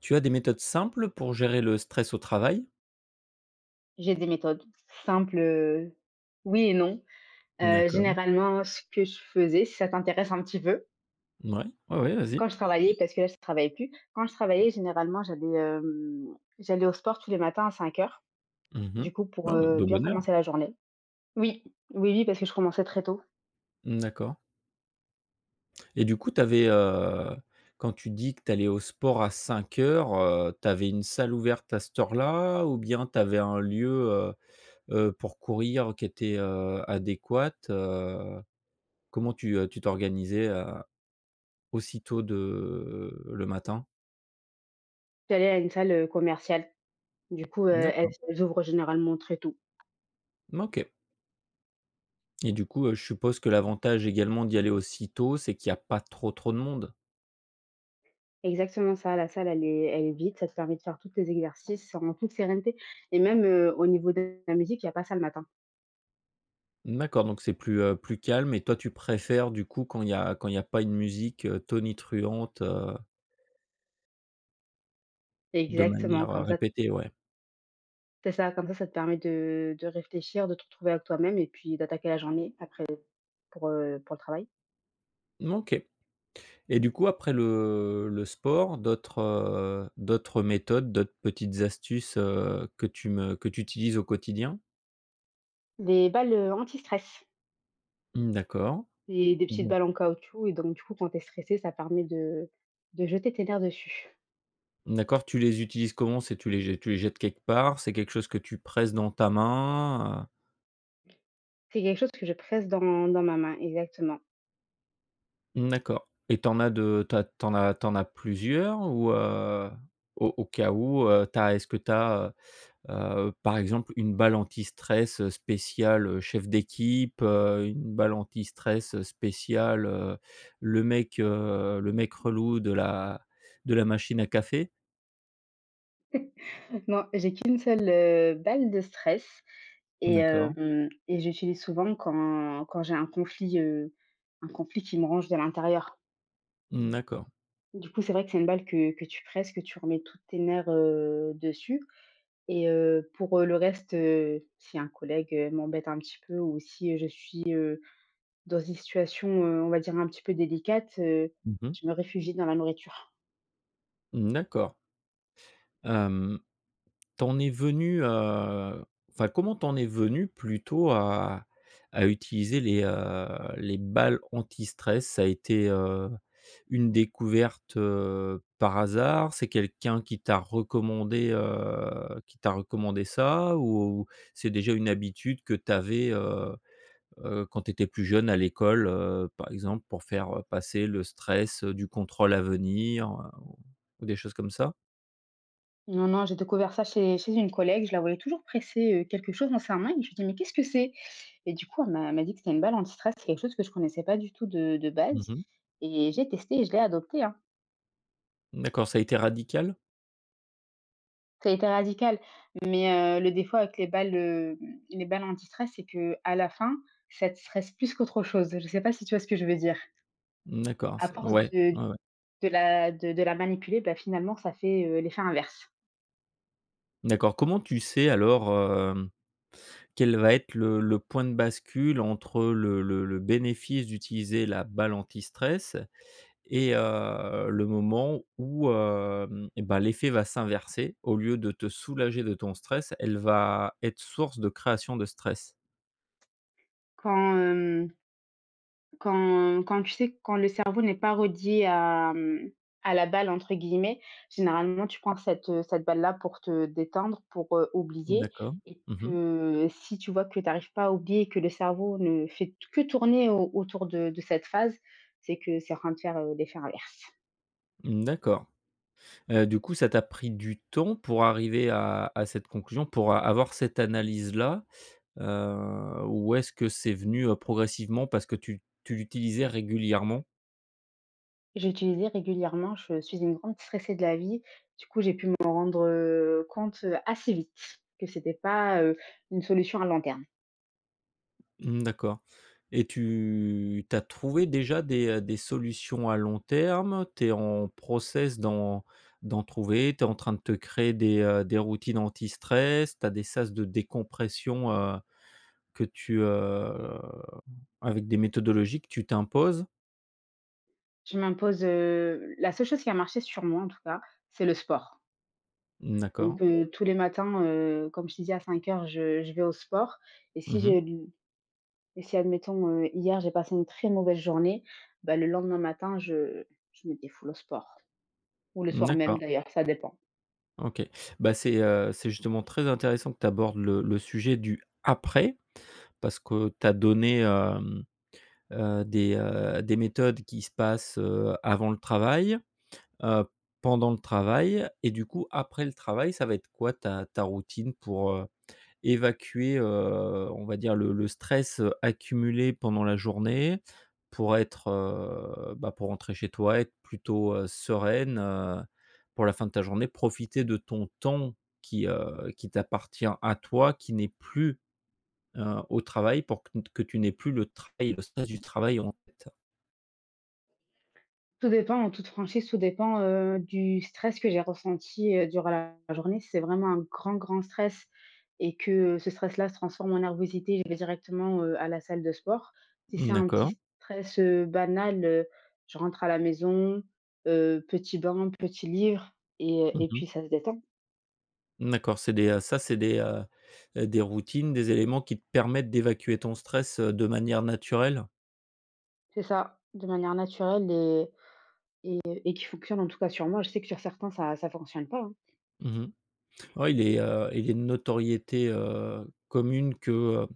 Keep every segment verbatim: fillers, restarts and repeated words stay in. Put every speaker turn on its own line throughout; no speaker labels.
Tu as des méthodes simples pour gérer le stress au travail?
J'ai des méthodes simples, heu, oui et non. Heu,
D'accord.
généralement, ce que je faisais, si ça t'intéresse un petit peu,
Ouais, ouais, ouais, vas-y.
quand je travaillais, parce que là, je travaille plus. Quand je travaillais, généralement, j'allais, hem, j'allais au sport tous les matins à cinq heures,
Mmh.
du coup, pour,
Non, bah,
heu,
de
bien
bonne heure.
commencer la journée. Oui, oui, oui, parce que je commençais très tôt.
D'accord et du coup, t'avais avais, euh, quand tu dis que tu allais au sport à cinq heures, euh, tu avais une salle ouverte à cette heure-là ou bien tu avais un lieu, heu heu, pour courir qui était, heu, adéquat? Heu, comment tu, heu, tu t'organisais, heu, aussitôt de le matin?
J'allais à une salle, heu, commerciale. Du coup, heu, elles
D'accord.
elles ouvrent généralement très tôt.
OK. Et du coup, heu, je suppose que l'avantage également d'y aller aussi tôt, c'est qu'il y a pas trop, trop de monde?
Exactement ça, la salle, elle est elle est vide, ça te permet de faire tous tes exercices en toute sérénité et même, heu, au niveau de la musique, il n'y a pas ça le matin.
D'accord, donc c'est plus, heu, plus calme et toi tu préfères du coup quand il y a quand il y a pas une musique, heu, tonitruante, heu, de
Exactement,
manière, heu,
comme ça.
répétée, ouais.
C'est ça, comme ça, ça te permet de de réfléchir, de te retrouver avec toi-même et puis d'attaquer la journée après pour, heu, pour le travail.
Mmh, OK et du coup après le le sport, d'autres, heu, d'autres méthodes, d'autres petites astuces, heu, que tu me que tu utilises au quotidien?
Des balles, heu, anti-stress,
Mmh, d'accord.
des des petites
Mmh, mh.
balles en caoutchouc et donc du coup, quand tu es stressé, ça permet de de jeter tes nerfs dessus.
D'accord, tu les utilises comment? C'est tu les je tu les jettes quelque part? C'est quelque chose que tu presses dans ta main? Heu.
C'est quelque chose que je presse dans dans ma main, exactement.
Mmh, d'accord et t'en as de tu as tu as tu as plusieurs ou, heu, au au cas où, heu, tu est-ce que t'as as, heu par exemple, une balle anti-stress, spéciale, heu, chef d'équipe, heu, une balle anti-stress, spéciale, heu, le mec, heu, le mec relou de la de la machine à café?
Moi j'ai qu'une seule, heu, balle de stress et
D'accord.
hem et j'utilise souvent quand quand j'ai un conflit, heu, un conflit qui me range de l'intérieur.
Mmh, d'accord.
Du coup, c'est vrai que c'est une balle que que tu presses, que tu remets tous tes nerfs, heu, dessus. Et heu, pour, heu, le reste, heu, si un collègue, heu, m'embête un petit peu ou si, heu, je suis, heu, dans une situation, heu, on va dire un petit peu délicate, heu,
Mmh.
je me réfugie dans la nourriture.
D'accord. Hem. T'en es venu, heu, enfin, comment t'en es venu plutôt à à utiliser les, heu, les balles anti-stress? Ça a été, heu, une découverte, heu, par hasard? C'est quelqu'un qui t'a recommandé, heu, qui t'a recommandé ça? Ou c'est déjà une habitude que t'avais avais, heu quand t'étais plus jeune à l'école, heu, par exemple, pour faire, passer le stress, heu, du contrôle à venir, heu, ou des choses comme ça?
Non, non, j'ai découvert ça chez chez une collègue, je la voyais toujours presser, heu, quelque chose dans sa main et je lui dis: «Mais qu'est-ce que c'est?» Et du coup, elle m'a elle m'a dit que c'était une balle anti-stress. C'est quelque chose que je connaissais pas du tout de de base
Mmh.
et j'ai testé et je l'ai adopté, hein.
D'accord, ça a été radical?
Ça a été radical, mais heu, le défaut avec les balles, heu, les balles anti-stress, c'est que à la fin, ça te stresse plus qu'autre chose. Je ne sais pas si tu vois ce que je veux dire?
D'accord,
À
ça
force
ouais,
de
ouais, ouais.
de la de de la manipuler, bah, finalement, ça fait, heu, l'effet inverse.
D'accord. Comment tu sais alors, hem, quel va être le le point de bascule entre le le le bénéfice d'utiliser la balle anti-stress et heu, le moment où, hem, et bah, l'effet va s'inverser. Au lieu de te soulager de ton stress, elle va être source de création de stress?
Quand, hem Quand quand tu sais, quand le cerveau n'est pas relié à, mmh, à la balle entre guillemets, généralement tu prends cette, heu, cette balle-là pour te détendre, pour, heu, oublier
D'accord.
et
Mmh.
que si tu vois que tu n'arrives pas à oublier que le cerveau ne fait que tourner au autour de de cette phase, c'est que c'est en train de faire, heu, l'effet inverse.
D'accord. Heu, du coup, ça t'a pris du temps pour arriver à à cette conclusion, pour a avoir cette analyse-là? Heu, ou est-ce que c'est venu, heu, progressivement parce que tu tu l'utilisais régulièrement?
J'ai utilisé régulièrement, je suis une grande stressée de la vie, du coup j'ai pu me rendre, heu, compte, heu, assez vite que c'était pas, heu, une solution à long terme.
Mmh, d'accord et tu tu as trouvé déjà des, heu, des solutions à long terme? Tu es en process d'en d'en trouver? Tu es en train de te créer des, heu, des routines anti-stress? Tu as des sas de décompression, heu, que tu, heu avec des méthodologies que tu t'imposes?
Je m'impose, heu, la seule chose qui a marché sur moi en tout cas, c'est le sport. Donc
D'accord.
heu, tous les matins, heu, comme je te disais à cinq heures je je vais au sport et si
Mmh.
j'ai du et si admettons, heu, hier j'ai passé une très mauvaise journée, bah, le lendemain matin je je me défoule au sport ou le soir même
D'accord.
d'ailleurs, ça dépend.
OK. Bah, c'est, heu, c'est justement très intéressant que tu abordes le le sujet du après, parce que tu as donné, hem, heu, des, heu, des méthodes qui se passent, heu, avant le travail, heu, pendant le travail et du coup après le travail, ça va être quoi ta ta routine pour, évacuer, heu, on va dire le le stress, heu, accumulé pendant la journée pour être, heu, bah, pour rentrer chez toi, être plutôt, heu, sereine, heu, pour la fin de ta journée. Profiter de ton temps qui, heu, qui t'appartient à toi, qui n'est plus, heu, au travail pour que que tu n'aies plus le travail, le stress du travail en tête.
Tout dépend, en toute franchise, tout dépend, heu, du stress que j'ai ressenti, heu, durant la journée. Si c'est vraiment un grand, grand stress et que euh, ce stress-là se transforme en nervosité, je vais directement, heu, à la salle de sport. Si c'est un petit
D'accord.
stress, heu, banal, heu, je rentre à la maison, heu, petit bain, petit livre et euh, et
Mmh.
puis ça se détend.
D'accord, c'est des, heu, ça c'est des, heu heu, des routines, des éléments qui te permettent d'évacuer ton stress, heu, de manière naturelle?
C'est ça, de manière naturelle et et et qui fonctionne en tout cas sur moi. Je sais que sur certains ça ça fonctionne pas, hein.
Mmh. Ouais, il est, heu, il est de notoriété, heu, commune que, heu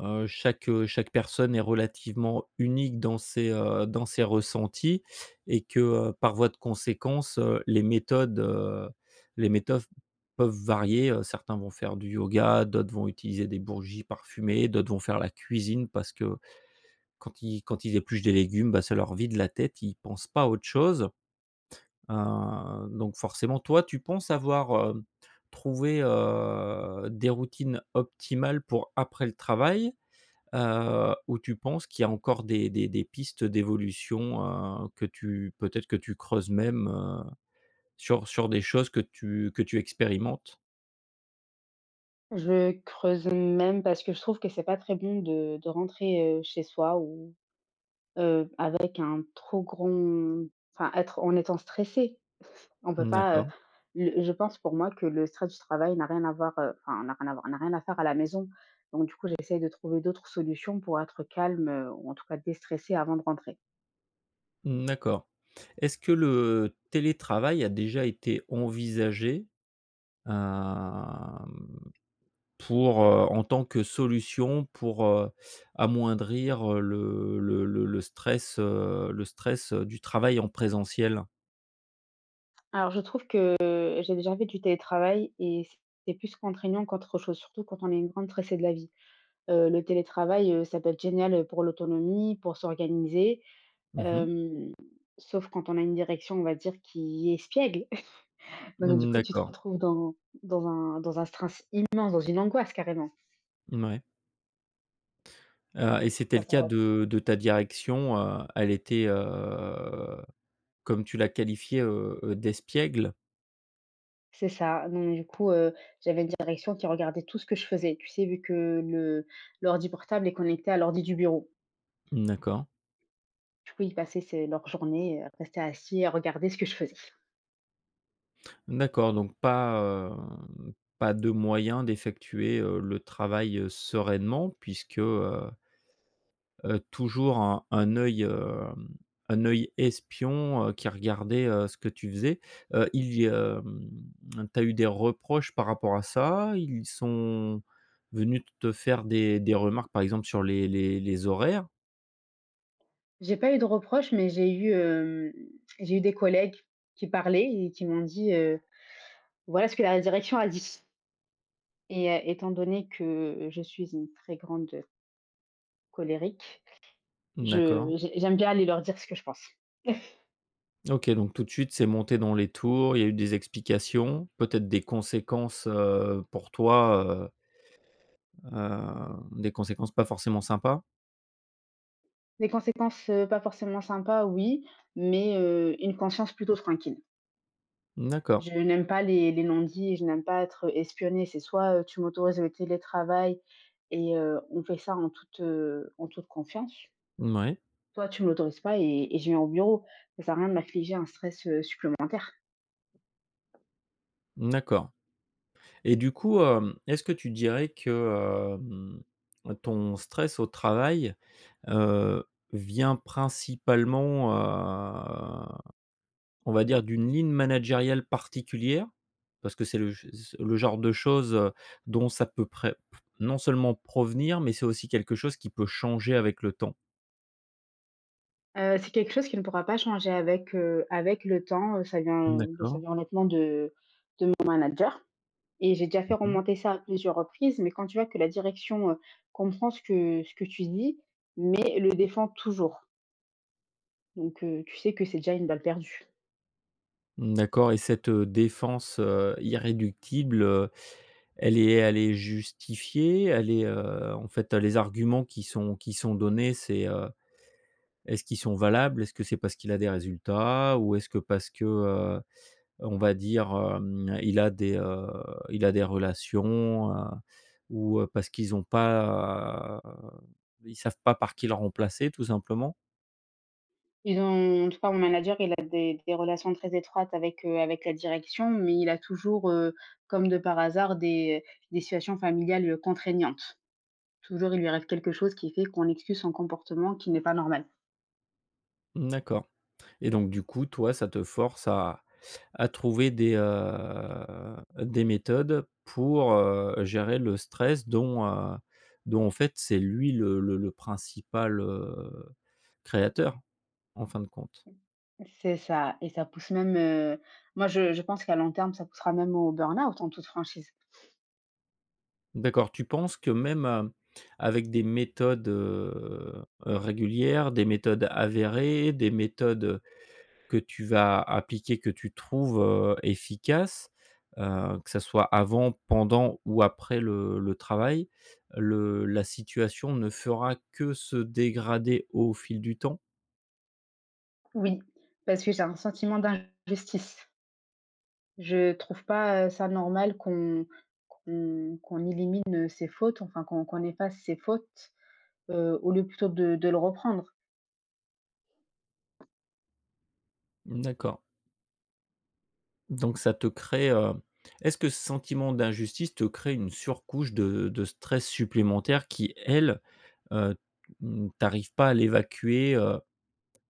heu, chaque, heu, chaque personne est relativement unique dans ses, heu, dans ses ressentis et que, heu, par voie de conséquence, heu, les méthodes, heu, les méthodes peuvent varier, heu, certains vont faire du yoga, d'autres vont utiliser des bourgies parfumées, d'autres vont faire la cuisine parce que quand ils quand ils épluchent des légumes, bah, ça leur vide la tête, ils pensent pas à autre chose. Heu, donc forcément, toi, tu penses avoir, hem, trouvé, heu, des routines optimales pour après le travail, heu, ou tu penses qu'il y a encore des des des pistes d'évolution, heu, que tu peut-être que tu creuses même, heu, sur sur des choses que tu que tu expérimentes?
Je creuse même parce que je trouve que c'est pas très bon de de rentrer, heu, chez soi ou, heu, avec un trop grand enfin être en étant stressé. On peut
Mmh,
pas, heu,
d'accord.
le je pense pour moi que le stress du travail n'a rien à voir, heu, enfin n'a rien à voir, n'a rien à faire à la maison. Donc du coup, j'essaye de trouver d'autres solutions pour être calme, heu, ou en tout cas déstressé avant de rentrer.
Mmh, d'accord. Est-ce que le télétravail a déjà été envisagé? Hem. Pour, heu, en tant que solution pour, heu, amoindrir, heu, le le le le stress, heu, le stress, heu, du travail en présentiel.
Alors je trouve que j'ai déjà fait du télétravail et c'est plus contraignant qu'autre chose, surtout quand on est une grande stressée de la vie. Heu, le télétravail, heu, ça peut être génial, pour l'autonomie, pour s'organiser,
Mmh mh.
hem, sauf quand on a une direction, on va dire, qui espiègle. Donc du
Mmh,
coup, tu te
d'accord.
retrouves dans dans un dans un stress immense, dans une angoisse carrément.
Ouais. heu et
Donc je trouve
c'était
pas
le cas
ça.
de de ta direction, heu, elle était, heu, comme tu l'as qualifiée, heu heu, d'espiègle?
C'est ça. Donc du coup, heu, j'avais une direction qui regardait tout ce que je faisais. Tu sais, vu que le l'ordi portable est connecté à l'ordi du bureau.
D'accord.
Du coup, ils passaient c'est leur journée, à rester assis, et à regarder ce que je faisais.
D'accord, donc pas, hem, pas de moyen d'effectuer, heu, le travail, heu, sereinement puisque, heu heu, toujours un un œil, hem, un œil espion, heu, qui regardait, heu, ce que tu faisais. Heu, il y hem, tu as eu des reproches par rapport à ça? Ils sont venus te faire des des remarques, par exemple, sur les les les horaires?
J'ai pas eu de reproches, mais j'ai eu, hem, j'ai eu des collègues qui parlaient et qui m'ont dit, heu: «Voilà ce que la direction a dit», et heu, étant donné que je suis une très grande, colérique,
D'accord.
je j'ai j'aime bien aller leur dire ce que je pense.
OK, donc tout de suite, c'est monté dans les tours, il y a eu des explications, peut-être des conséquences, heu, pour toi, heu, heu, des conséquences pas forcément sympas?
Des conséquences, heu, pas forcément sympas, oui, mais heu, une conscience plutôt tranquille.
D'accord.
Je n'aime pas les les non-dits, je n'aime pas être espionnée. C'est soit, heu, tu m'autorises le télétravail et heu, on fait ça en toute, heu, en toute confiance.
Mouais,
Toi, tu me l'autorises pas et et je viens au bureau. Ça sert à rien de m'affliger un stress, heu, supplémentaire.
d'accord. Et du coup, hem, est-ce que tu dirais que, hem, ton stress au travail, heu, vient principalement, heu, on va dire d'une ligne managériale particulière? Parce que c'est le le genre de choses, heu, dont ça peut pré non seulement provenir, mais c'est aussi quelque chose qui peut changer avec le temps.
Heu, c'est quelque chose qui ne pourra pas changer avec, heu, avec le temps, heu, ça vient de ça
D'accord.
vient honnêtement de de mon manager, et j'ai déjà fait
Mmh.
remonter ça à plusieurs reprises, mais quand tu vois que la direction, heu, comprend ce que ce que tu dis, mais le défend toujours. Donc, heu, tu sais que c'est déjà une balle perdue.
D'accord et cette, heu, défense, heu, irréductible, elle est elle est justifiée, elle est, heu, en fait, les arguments qui sont qui sont donnés, c'est, heu, est-ce qu'ils sont valables? Est-ce que c'est parce qu'il a des résultats? Ou est-ce que parce que, heu, on va dire, hem, il a des, heu, il a des relations, heu, ou, heu, parce qu'ils ont pas, heu, ils savent pas par qui le remplacer tout simplement?
Ils ont en tout cas, mon manager, il a des des relations très étroites avec, heu, avec la direction, mais il a toujours, heu, comme de par hasard, des des situations familiales, contraignantes. Toujours, il lui arrive quelque chose qui fait qu'on excuse son comportement qui n'est pas normal.
D'accord et donc du coup, toi, ça te force à à trouver des, heu, des méthodes pour, heu, gérer le stress dont, heu, dont en fait c'est lui le le le principal, heu, créateur en fin de compte.
C'est ça et ça pousse même, heu, moi, je je pense qu'à long terme, ça poussera même au burn-out en toute franchise.
D'accord, tu penses que même, heu, avec des méthodes, heu, régulières, des méthodes avérées, des méthodes, que tu vas appliquer, que tu trouves, heu, efficace, heu, que ça soit avant, pendant ou après le le travail, le la situation ne fera que se dégrader au fil du temps?
Oui, parce que j'ai un sentiment d'injustice. Je trouve pas, heu, ça normal qu'on qu'on qu'on élimine, heu, ses fautes, enfin qu'on qu'on efface ses fautes heu, au lieu plutôt de de le reprendre.
D'accord, donc ça te crée, heu est-ce que ce sentiment d'injustice te crée une surcouche de de stress supplémentaire qui, elle, heu, mmh, pas à l'évacuer, heu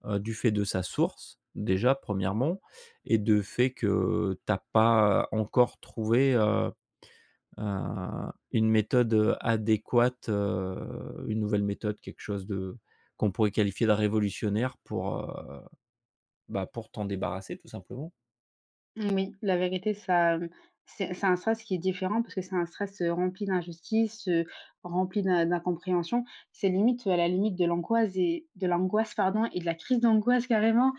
heu, du fait de sa source, déjà, premièrement, et de fait que tu as pas encore trouvé, heu heu, une méthode, adéquate, heu, une nouvelle méthode, quelque chose de qu'on pourrait qualifier de révolutionnaire pour, heu, bah, pour t'en débarrasser, tout simplement.
Oui, la vérité, ça, mmh, c'est c'est un stress qui est différent parce que c'est un stress, heu, rempli d'injustice, heu, rempli d'in d'incompréhension. C'est limite, heu, à la limite de l'angoisse et de l'angoisse, pardon, et de la crise d'angoisse carrément,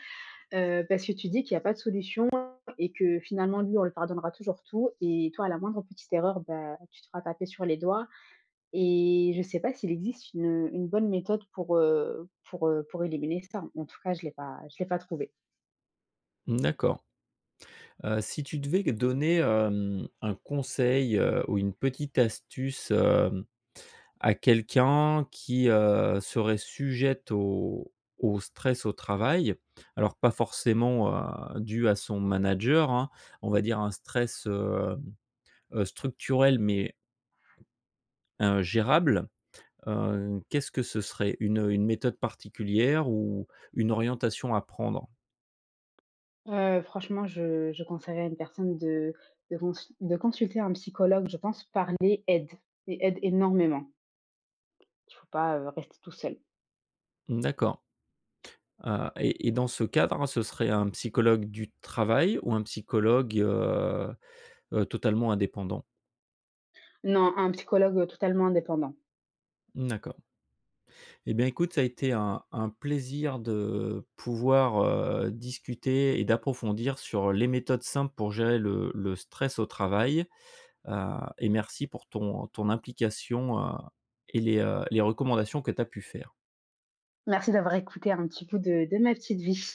heu, parce que tu dis qu'il n'y a pas de solution et que finalement lui, on lui pardonnera toujours tout et toi, à la moindre petite erreur, bah, tu te feras taper sur les doigts, et je ne sais pas s'il existe une, une bonne méthode pour, heu, pour, heu, pour éliminer ça. En tout cas, je ne l'ai pas je l'ai pas trouvé.
D'accord. Heu, si tu devais donner, hem, un conseil, heu, ou une petite astuce, hem à quelqu'un qui, heu, serait sujette au au stress au travail. Alors pas forcément, heu, dû à son manager, hein, on va dire un stress, heu heu, structurel mais, heu, gérable. Heu, qu'est-ce que ce serait? Une, une méthode particulière ou une orientation à prendre?
Heu, franchement, je je conseillerais à une personne de de cons de consulter un psychologue. Je pense parler aide et aide énormément. Il ne faut pas, heu, rester tout seul.
D'accord, heu et et dans ce cadre, hein, ce serait un psychologue du travail ou un psychologue, heu heu, totalement indépendant?
Non, un psychologue, totalement indépendant.
D'accord. Eh bien, écoute, ça a été un un plaisir de pouvoir, heu, discuter et d'approfondir sur les méthodes simples pour gérer le le stress au travail, heu et merci pour ton ton implication, heu et les, heu, les recommandations que tu as pu faire.
Merci d'avoir écouté un petit bout de de ma petite vie.